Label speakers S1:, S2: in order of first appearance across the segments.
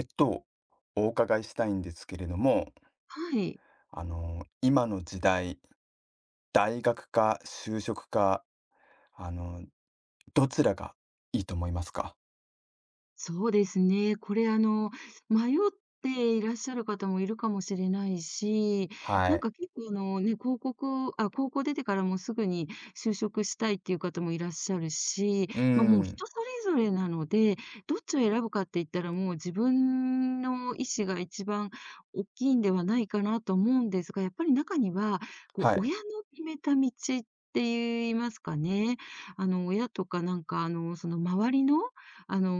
S1: えっと、お伺いしたいんですけれども、
S2: はい、
S1: 今の時代、大学か就職か、あの、どちらがいいと思いますか？
S2: そうですね。これ迷っていらっしゃる方もいるかもしれないし、
S1: は
S2: なん
S1: い。
S2: か結構ね、高校出てからもうすぐに就職したいっていう方もいらっしゃるし、
S1: うー
S2: まあ、もう
S1: ん、
S2: 人それぞれなので、どっちを選ぶかって言ったらもう自分の意思が一番大きいんではないかなと思うんですが、やっぱり中には、こう
S1: は
S2: 親
S1: い。
S2: の決めた道って言いますかね。親とかなんかその周りの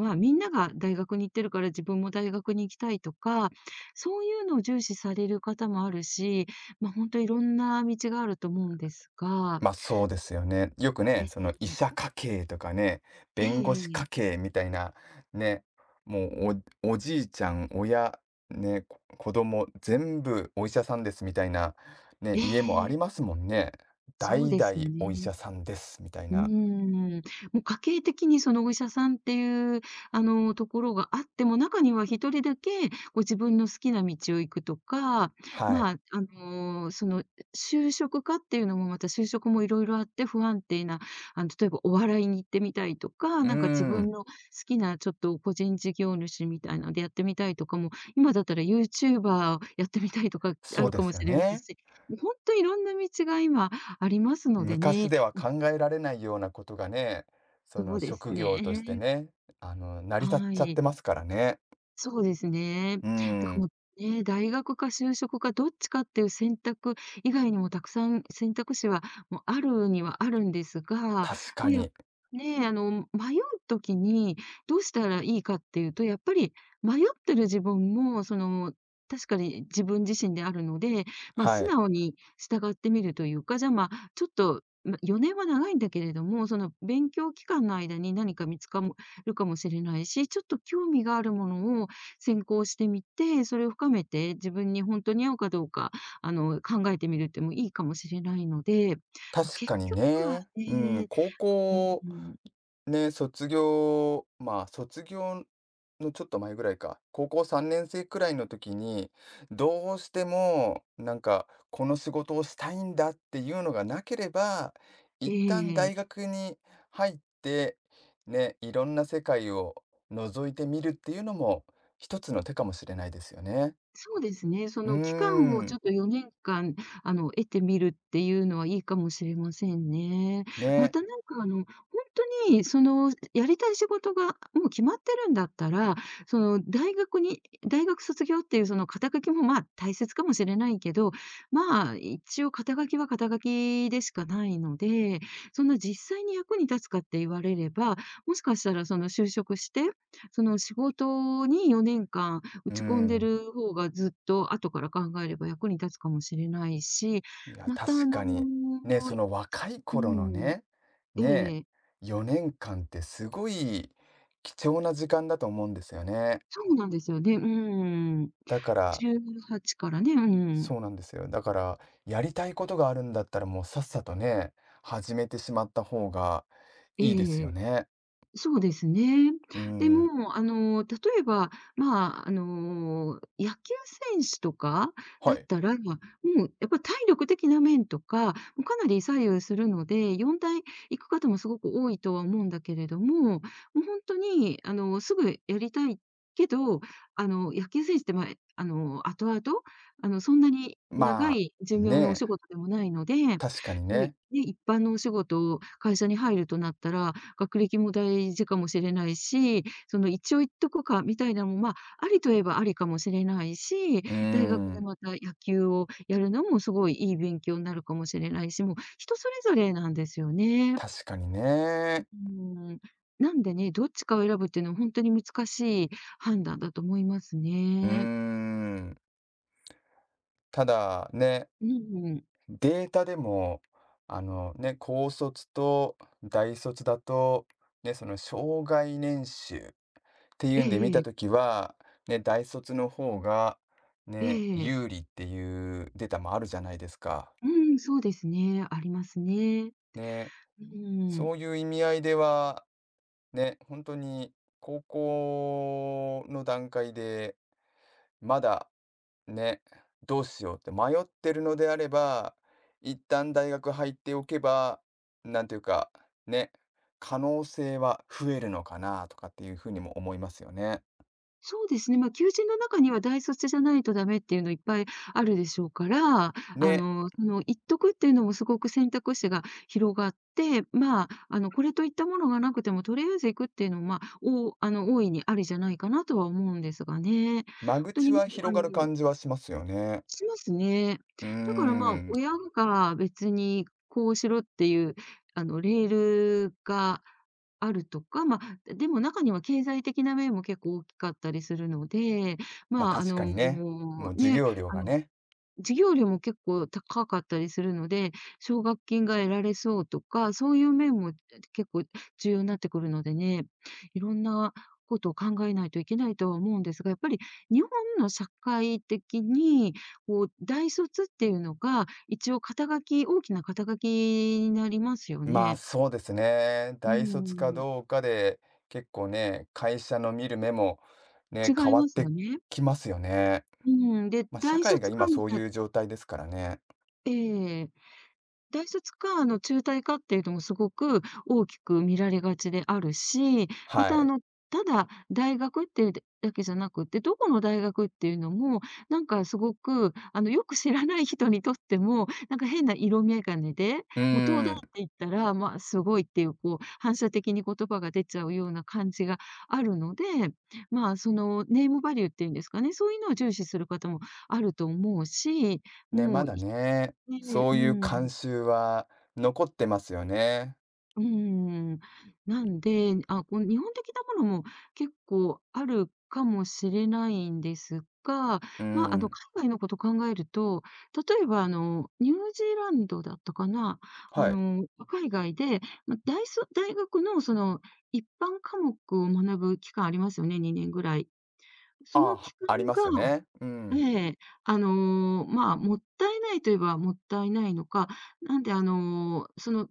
S2: まあ、みんなが大学に行ってるから自分も大学に行きたいとか、そういうのを重視される方もあるし、まあ、本当いろんな道があると思うんですが、
S1: そうですよね。よくね、そ
S2: え
S1: の医者
S2: え。
S1: 家系とかね、
S2: え
S1: 弁護士
S2: ええ
S1: 家系みたいな、ね、もうおおじいちゃん、親、ね、こ子供全部お医者さんですみたいな、ね、
S2: え
S1: 家もあ
S2: え
S1: りま
S2: え。
S1: すもんね。
S2: そう
S1: 代
S2: で
S1: 々
S2: すよ
S1: お医
S2: ね。
S1: 者さんですみたい
S2: うー
S1: な。
S2: ん。もう家計的にそのお医者さんっていう、ところがあっても、中には一人だけご自分の好きな道を行くとか、
S1: はい。
S2: まあ、就職かっていうのもまた就職もいろいろあって不安定な、例えばお笑いに行ってみたいとか、
S1: うー
S2: なんか自分
S1: ん、
S2: の好きなちょっと個人事業主みたいなのでやってみたいとかも、今だったらユーチューバーやってみたいとかあ
S1: そう
S2: る
S1: で
S2: かも
S1: す
S2: し
S1: よ
S2: れない
S1: ね。
S2: し、もうほんといろんな道が今ありますので
S1: 昔
S2: ね。
S1: では考えられないようなことがね、そ
S2: そ
S1: の
S2: うです
S1: 職業として
S2: ね。
S1: ね、成り立っ
S2: は
S1: ちゃっ
S2: い。
S1: てますからね。
S2: そうですね。
S1: うー
S2: だからも
S1: ん、
S2: う、ね、大学か就職かどっちかっていう選択以外にもたくさん選択肢はもうあるにはあるんですが、ま
S1: 確か
S2: あ、やっ
S1: に。
S2: ね、あの、迷う時にどうしたらいいかっていうと、やっぱり迷ってる自分も、確かに自分自身であるので、まあ、
S1: は
S2: 素
S1: い。
S2: 直に従ってみるというか、じゃ、まあ、ちょっと、ま、4年は長いんだけれども、その勉強期間の間に何か見つかるかもしれないし、ちょっと興味があるものを先行してみて、それを深めて、自分に本当に合うかどうか、考えてみるってもいいかもしれないので、ま、
S1: 確
S2: 結
S1: かに
S2: 局は
S1: ね。うん、
S2: ね。
S1: 高
S2: うん
S1: 校
S2: うん。
S1: ね、卒業卒業のちょっと前ぐらいか、高校3年生くらいの時に、どうしてもなんか、この仕事をしたいんだっていうのがなければ、一旦
S2: え
S1: 大
S2: え、
S1: 学に入って、ね、いろんな世界を覗いてみるっていうのも、一つの手かもしれないですよね。
S2: そうですね。そ
S1: うー
S2: の期間をちょ
S1: ん、
S2: っと4年間、得てみるっていうのはいいかもしれませんね。ま
S1: ね、
S2: たなんか、ほんとにそのやりたい仕事がもう決まってるんだったら、その大学に大学卒業っていうその肩書きも、まあ、大切かもしれないけど、まあ、一応肩書きは肩書きでしかないので、そんな実際に役に立つかって言われれば、もしかしたらその就職して、その仕事によねんかん打
S1: うー
S2: ち込んで
S1: ん。
S2: る方がずっと後から考えれば役に立つかもしれないし、
S1: いや、
S2: また
S1: 確かに。ね、その若い頃の
S2: う
S1: ね、ね、
S2: ん、ええ、
S1: 4年間ってすごい貴重な時間だと思うんですよね。
S2: そうなんですよね。うん。
S1: だから、
S2: 18からね、うん、
S1: そうなんですよ。だから、やりたいことがあるんだったらもうさっさとね、始めてしまった方がいいです
S2: え
S1: よ
S2: え。
S1: ね。
S2: そうですね。
S1: うー
S2: で
S1: ん、
S2: も、例えば、まあ、野球選手とかだ
S1: は
S2: っ
S1: い。
S2: たら、もうやっぱ体力的な面とか、もうかなり左右するので、4大行く方もすごく多いとは思うんだけれども、もう本当に、すぐやりたいけど、野球選手って、まあ、後々、そんなに長
S1: ま
S2: い
S1: あ、
S2: 寿命のお
S1: ね、
S2: 仕事でもないので、
S1: 確かに
S2: ね、
S1: ね。
S2: 一般のお仕事、を会社に入るとなったら、学歴も大事かもしれないし、その一応言っとくかみたいなのも、まあ、ありといえばありかもしれないし、
S1: うー
S2: 大学で
S1: ん、
S2: また野球をやるのもすごいいい勉強になるかもしれないし、もう人それぞれなんですよね。
S1: 確かにね。
S2: うん。なんでね、どっちかを選ぶっていうのは本当に難しい判断だと思います
S1: うー
S2: ね。
S1: ん、ただね、
S2: うん。
S1: データでも、あのね、高卒と大卒だと、ね、その生涯年収って
S2: え
S1: いうんで見
S2: ええ
S1: たと
S2: え。
S1: きは、ね、大卒の方が、
S2: え
S1: ね、
S2: え。
S1: 有利っていうデータもあるじゃないですか。
S2: うん、そうですね、ありますね。
S1: ね、
S2: うん。
S1: そういう意味合いでは、ね、本当に高校の段階で、まだね、どうしようって迷ってるのであれば、一旦大学入っておけば、なんていうか、ね、可能性は増えるのかなとかっていうふうにも思いますよね。
S2: そうですね、まあ、求人の中には大卒じゃないとダメっていうのいっぱいあるでしょうから、
S1: ね、
S2: その一徳っていうのもすごく選択肢が広がって、まあ、これといったものがなくてもとりあえず行くっていうのも、まあ、おあの、大いにありじゃないかなとは思うんですがね。本
S1: 間
S2: 当
S1: 口
S2: に、
S1: は広がる感じはしますよね。
S2: しますね。
S1: うー
S2: だから、まあ、
S1: ん、
S2: 親が別にこうしろっていう、レールがあるとか、まあ、でも中には経済的な面も結構大きかったりするので、
S1: まあ
S2: まあ、
S1: 確かにね、もう授
S2: ね、
S1: 業料がね、
S2: 授業料も結構高かったりするので、奨学金が得られそうとか、そういう面も結構重要になってくるのでね、いろんなことを考えないといけないとは思うんですが、やっぱり日本の社会的に、こう、大卒っていうのが一応肩書き、大きな肩書きになりますよ
S1: まあ
S2: ね。
S1: そうですね、
S2: う
S1: 大卒か
S2: ん、
S1: どうかで結構ね、会社の見る目もね、変
S2: 違い
S1: わっ
S2: ますよ
S1: て
S2: ね。
S1: きますよね。
S2: うん、で、
S1: まあ社会が今そういう状態ですからね。
S2: え。大卒か、中退かっていうのもすごく大きく見られがちであるし、ま
S1: は
S2: た、
S1: い。
S2: ただ大学っていうだけじゃなくって、どこの大学っていうのも、なんかすごく、よく知らない人にとっても、なんか変な色眼鏡で、
S1: う
S2: もう東大
S1: ー
S2: っ
S1: ん。
S2: て言ったら、まあ、すごいっていう、こう、反射的に言葉が出ちゃうような感じがあるので、まあ、ネームバリューっていうんですかね、そういうのを重視する方もあると思うし、
S1: で、
S2: も
S1: ま
S2: う、
S1: だね、そう
S2: う
S1: いう慣
S2: ん。
S1: 習は残ってますよね。
S2: うーん。なんで、あ、こう日本的なものも結構あるかもしれないんですが、
S1: う
S2: まあ、
S1: ん。
S2: 海外のこと考えると、例えばニュージーランドだったかな、
S1: はい。
S2: 海外で、ま、大学のその一般科目を学ぶ期間ありますよね、2年ぐらい。
S1: あ
S2: そ
S1: あ、
S2: の期
S1: はありますよ
S2: 間が、
S1: ね。うん。
S2: ええ、まあ、もったいないといえばもったいないのか、なんでその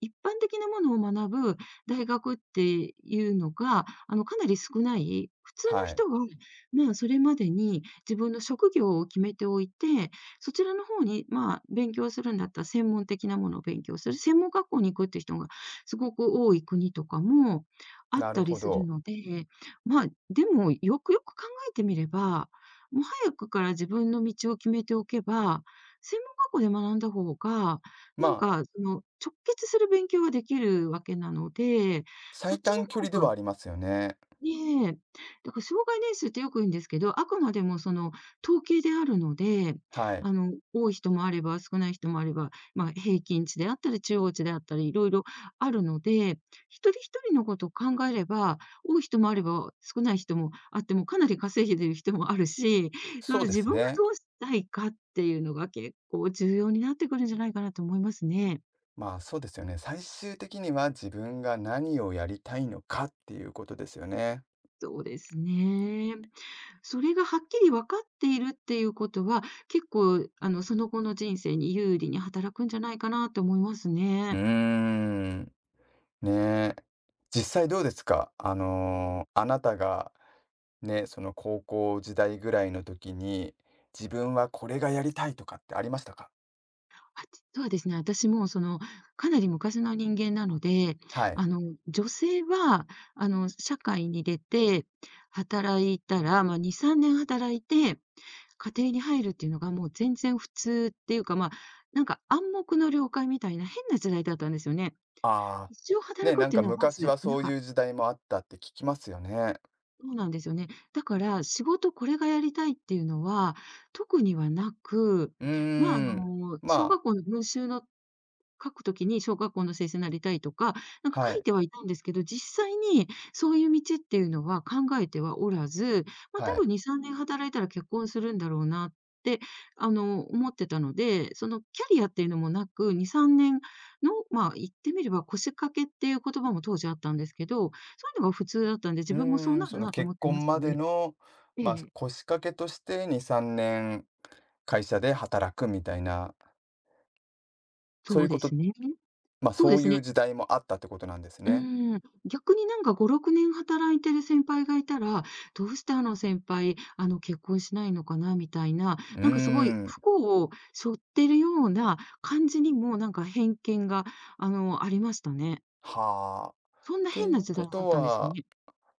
S2: 一般的なものを学ぶ大学っていうのが、かなり少ない、普通の
S1: は
S2: 人
S1: い。
S2: は、まあ、それまでに自分の職業を決めておいて、そちらの方に、まあ、勉強するんだったら専門的なものを勉強する、専門学校に行くって人がすごく多い国とかもあっ
S1: なる
S2: たり
S1: ほ
S2: する
S1: ど。
S2: ので、まあ、でもよくよく考えてみれば、もう早くから自分の道を決めておけば、専門学校で学んだ方が
S1: ま
S2: なん
S1: あ、
S2: か、直結する勉強ができるわけなので、そっ
S1: 最
S2: ちの
S1: 短距
S2: 方
S1: 離では
S2: が
S1: ありますよね。
S2: ね、だから障害年数ってよく言うんですけど、あくまでもその統計であるので、
S1: はい。
S2: 多い人もあれば少ない人もあれば、まあ、平均値であったり中央値であったり、いろいろあるので、一人一人のことを考えれば、多い人もあれば少ない人もあって、もかなり稼いでる人もあるし、そ
S1: そ
S2: の
S1: うで
S2: 自
S1: す
S2: 分が
S1: ね。
S2: どうしたいかっていうのが結構重要になってくるんじゃないかなと思いますね。
S1: まあ、そうですよね。最終的には自分が何をやりたいのかっていうことですよね。
S2: そうですね。それがはっきり分かっているっていうことは、結構、その後の人生に有利に働くんじゃないかなと思います
S1: うー
S2: ね。
S1: ん。ねえ。実際どうですかあなたがね、その高校時代ぐらいの時に、自分はこれがやりたいとかってありましたか？
S2: あ、実はですね、私もかなり昔の人間なので、
S1: はい。
S2: あの、女性は、社会に出て働いたら、まあ、2、3年働いて、家庭に入るっていうのがもう全然普通っていうか、まあ、なんか暗黙の了解みたいな変な時代だったんですよね。
S1: ああ、
S2: 一生働
S1: ね、
S2: く
S1: な
S2: っ
S1: ん
S2: てい
S1: か
S2: うのはま
S1: 昔
S2: ず
S1: は
S2: な
S1: そう
S2: か。
S1: いう時代もあったって聞きますよね。
S2: そうなんですよね。だから仕事これがやりたいっていうのは特にはなく、
S1: う
S2: まあ、
S1: ーん、
S2: 小
S1: まあ、
S2: 学校の文集の書くときに小学校の先生になりたいとか、なんか
S1: は
S2: 書い
S1: い、
S2: てはいたんですけど、実際にそういう道っていうのは考えてはおらず、まあ、
S1: は
S2: 多
S1: い。
S2: 分2、3年働いたら結婚するんだろうなって、思ってたので、キャリアっていうのもなく、2、3年の、まあ、言ってみれば腰掛けっていう言葉も当時あったんですけど、そういうのが普通だったんで、自
S1: う
S2: 分もそう
S1: ーん、
S2: な
S1: そ
S2: る
S1: の
S2: なと
S1: 結
S2: 思ってま
S1: 婚
S2: した
S1: まで
S2: ね。
S1: の、
S2: ええ。
S1: 腰掛けとして2、3年会社で働くみたいな、そう
S2: そ
S1: いう
S2: う
S1: こ
S2: で
S1: と、
S2: すね。そう
S1: そ
S2: で
S1: う
S2: す
S1: い
S2: ね。
S1: う時代もあったってことなんですね。
S2: 逆になんか5、6年働いてる先輩がいたら、どうしてあの先輩、結婚しないのかなみたいな、
S1: うー
S2: なんかすごい
S1: ん、
S2: 不幸を背負ってるような感じにもなんか偏見が、ありましたね。
S1: はあ。っ
S2: そんな
S1: て
S2: 変
S1: い
S2: な
S1: う
S2: 時
S1: こ
S2: 代だっ
S1: と
S2: たんですよ
S1: は
S2: ね。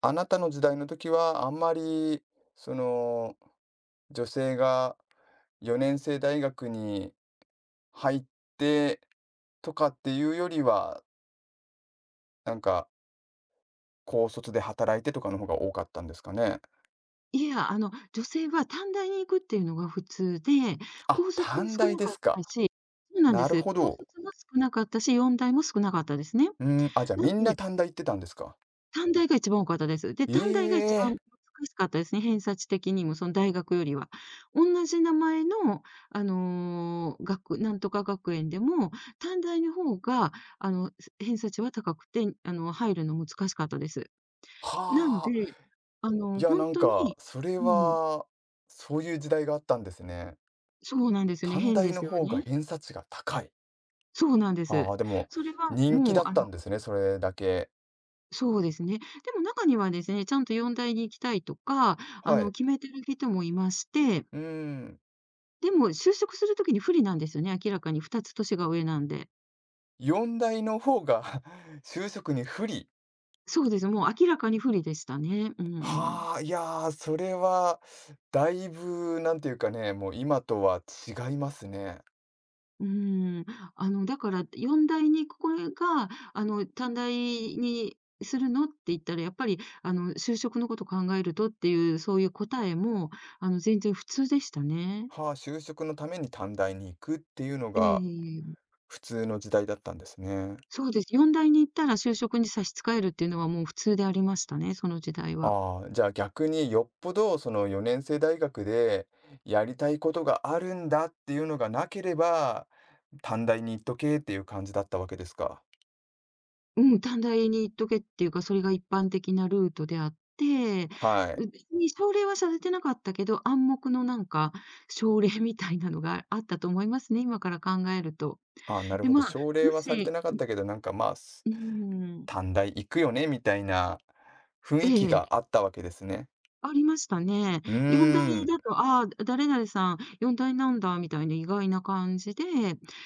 S1: あなたの時代の時は、あんまり、その、女性が4年生大学に入ってとかっていうよりは、なんか、高卒で働いてとかの方が多かったんですかね？
S2: いや、女性は短大に行くっていうのが普通で、
S1: あ、
S2: 高卒も
S1: 短
S2: 少
S1: 大
S2: な
S1: で
S2: かっ
S1: す
S2: た
S1: か。
S2: し。そうなんで
S1: なる
S2: す。
S1: ほ
S2: 高
S1: ど。
S2: 卒も少なかったし、4大も少なかったですね。
S1: うん、あ、じゃあ、
S2: な
S1: み
S2: ん
S1: んな
S2: で
S1: 短大行ってたんですか。
S2: 短大が一番多かったです。で、
S1: え
S2: 短大が一番
S1: え、
S2: 難しかったですね、偏差値的にも、その大学よりは。おんなじ名前の、学なんとか学園でも、短大の方が、偏差値は高くて、入るの難しかったです。なん
S1: はあ。
S2: で、
S1: いや、
S2: ほ
S1: な
S2: ん
S1: ん
S2: と
S1: か、
S2: に。
S1: それ
S2: うん、
S1: は、そういう時代があったんですね。
S2: そうなんですよね、
S1: 短
S2: 変
S1: 大
S2: で
S1: の
S2: すよ
S1: 方が
S2: ね。
S1: 偏差値が高い。
S2: そうなんです。
S1: ああ、でも、
S2: それは
S1: 人気
S2: も
S1: だ
S2: う、
S1: ったんですね、それだけ。
S2: そうですね。でも中にはですね、ちゃんと4大に行きたいとか、
S1: はい。
S2: 決めてる人もいまして。
S1: うん。
S2: でも、就職する時に不利なんですよね、明らかに2つ年が上なんで。
S1: 4大の方が 就職に不利。
S2: そうです、もう明らかに不利でしたね。うんうん。
S1: はあ、いやー、それは、だいぶ、なんていうかね、もう今とは違いますね。
S2: うーん。だから、4代にこれが、短大にするのって言ったら、やっぱり、就職のこと考えるとっていう、そういう答えも、全然普通でしたね。
S1: はあ、就職のために短大に行くっていうのが
S2: ええ、
S1: 普通の時代だったんですね。
S2: そうです。4代に行ったら就職に差し支えるっていうのはもう普通でありましたね、その時代は。
S1: ああ、じゃあ逆によっぽどその4年生大学でやりたいことがあるんだっていうのがなければ、短大に行っとけっていう感じだったわけですか。
S2: うん、短大に行っとけっていうか、それが一般的なルートであって、
S1: はい。
S2: 別に奨励はされてなかったけど、暗黙のなんか奨励みたいなのがあったと思いますね、今から考えると。
S1: あ、なる
S2: で、
S1: ほど。
S2: まあ、
S1: 奨励
S2: も
S1: はされて
S2: し。
S1: なかったけど、なんか、まあ、す
S2: うーん。
S1: 短大行くよねみたいな雰囲気
S2: ええ、
S1: があったわけですね。
S2: ありましたね。
S1: うー
S2: 4代だい
S1: ん、
S2: だと、ああ、誰々さん4代なんだみたいな意外な感じで、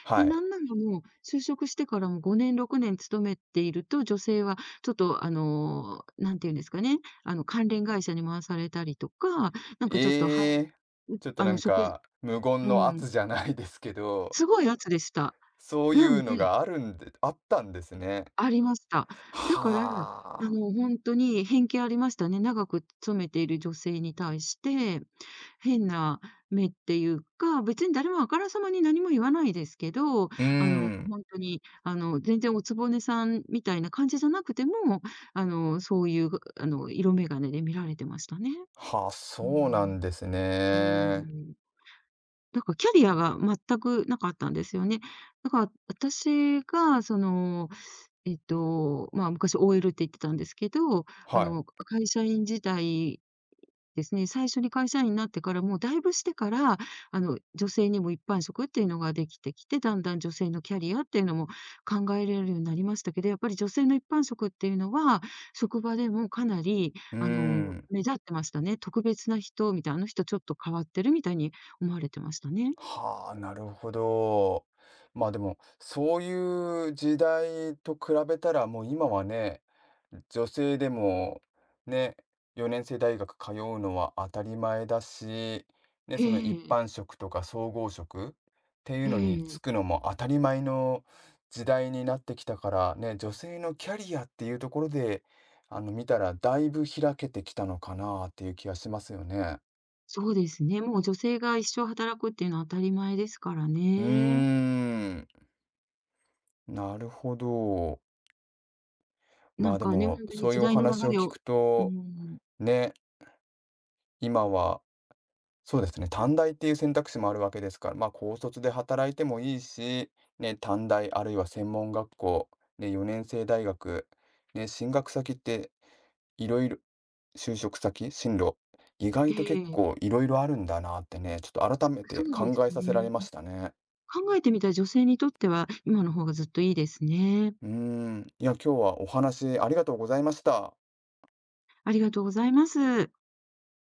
S1: は
S2: で、な
S1: い。
S2: んならもう就職してからも5年、6年勤めていると、女性はちょっとなんていうんですかね、関連会社に回されたりとか、なんかちょっと、は
S1: ええ、
S2: い、う
S1: ちょっと
S2: あ
S1: な
S2: の、
S1: ん
S2: し
S1: か、無言
S2: う
S1: の
S2: ん、
S1: 圧じゃないですけど、
S2: すごい圧でした。
S1: そうい
S2: なん
S1: うの
S2: で
S1: があるんであったんですね。
S2: ありました。だから、
S1: はあ。
S2: 本当に偏見ありましたね。長く勤めている女性に対して。変な目っていうか、別に誰もあからさまに何も言わないですけど、
S1: うーん。
S2: ほんとに、全然お局さんみたいな感じじゃなくても、そういう、色眼鏡で見られてましたね。
S1: はあ、
S2: うー
S1: そうなん
S2: ん。
S1: です
S2: え
S1: ね。
S2: え。だからキャリアが全くなかったんですよね。だから私がまあ、昔 OL って言ってたんですけど、
S1: はい。
S2: 会社員時代ですね、最初に会社員になってから、もうだいぶしてから、女性にも一般職っていうのができてきて、だんだん女性のキャリアっていうのも考えられるようになりましたけど、やっぱり女性の一般職っていうのは、職場でもかなり、
S1: うーん。
S2: 目立ってましたね。特別な人みたいな、あの人ちょっと変わってるみたいに思われてましたね。
S1: はあ、なるほど。まあでも、そういう時代と比べたら、もう今はね、女性でも、ね、4年制大学通うのは当たり前だし、ね、
S2: え
S1: その一
S2: え、
S1: 般職とか総合職っていう
S2: え
S1: のに
S2: え、
S1: 就くのも当たり前の時代になってきたから、ね、女性のキャリアっていうところで、見たらだいぶ開けてきたのかなっていう気がしますよね。
S2: そうですね。もう女性が一生働くっていうのは当たり前ですから
S1: うー
S2: ね。
S1: ん、なるほど。ま
S2: な
S1: あ、
S2: ん
S1: で
S2: かね、ほ
S1: も、
S2: んとに
S1: そうい
S2: 時
S1: うお
S2: 代の
S1: 話を
S2: 流れ
S1: 聞
S2: を。
S1: く
S2: うー
S1: と、
S2: ん。
S1: ね、今は、そうですね、短大っていう選択肢もあるわけですから、まあ、高卒で働いてもいいし、ね、短大あるいは専門学校、ね、4年制大学、ね、進学先っていろいろ就職先、進路、意外と結
S2: ええ。
S1: 構いろいろあるんだなってね、ちょっと改め
S2: そ
S1: て
S2: うで
S1: 考
S2: す
S1: えさせられ
S2: ね。
S1: ましたね。
S2: 考えてみた女性にとっては、今の方がずっといいですね。
S1: うーん、いや、今日はお話ありがとうございました。
S2: ありがとうございます。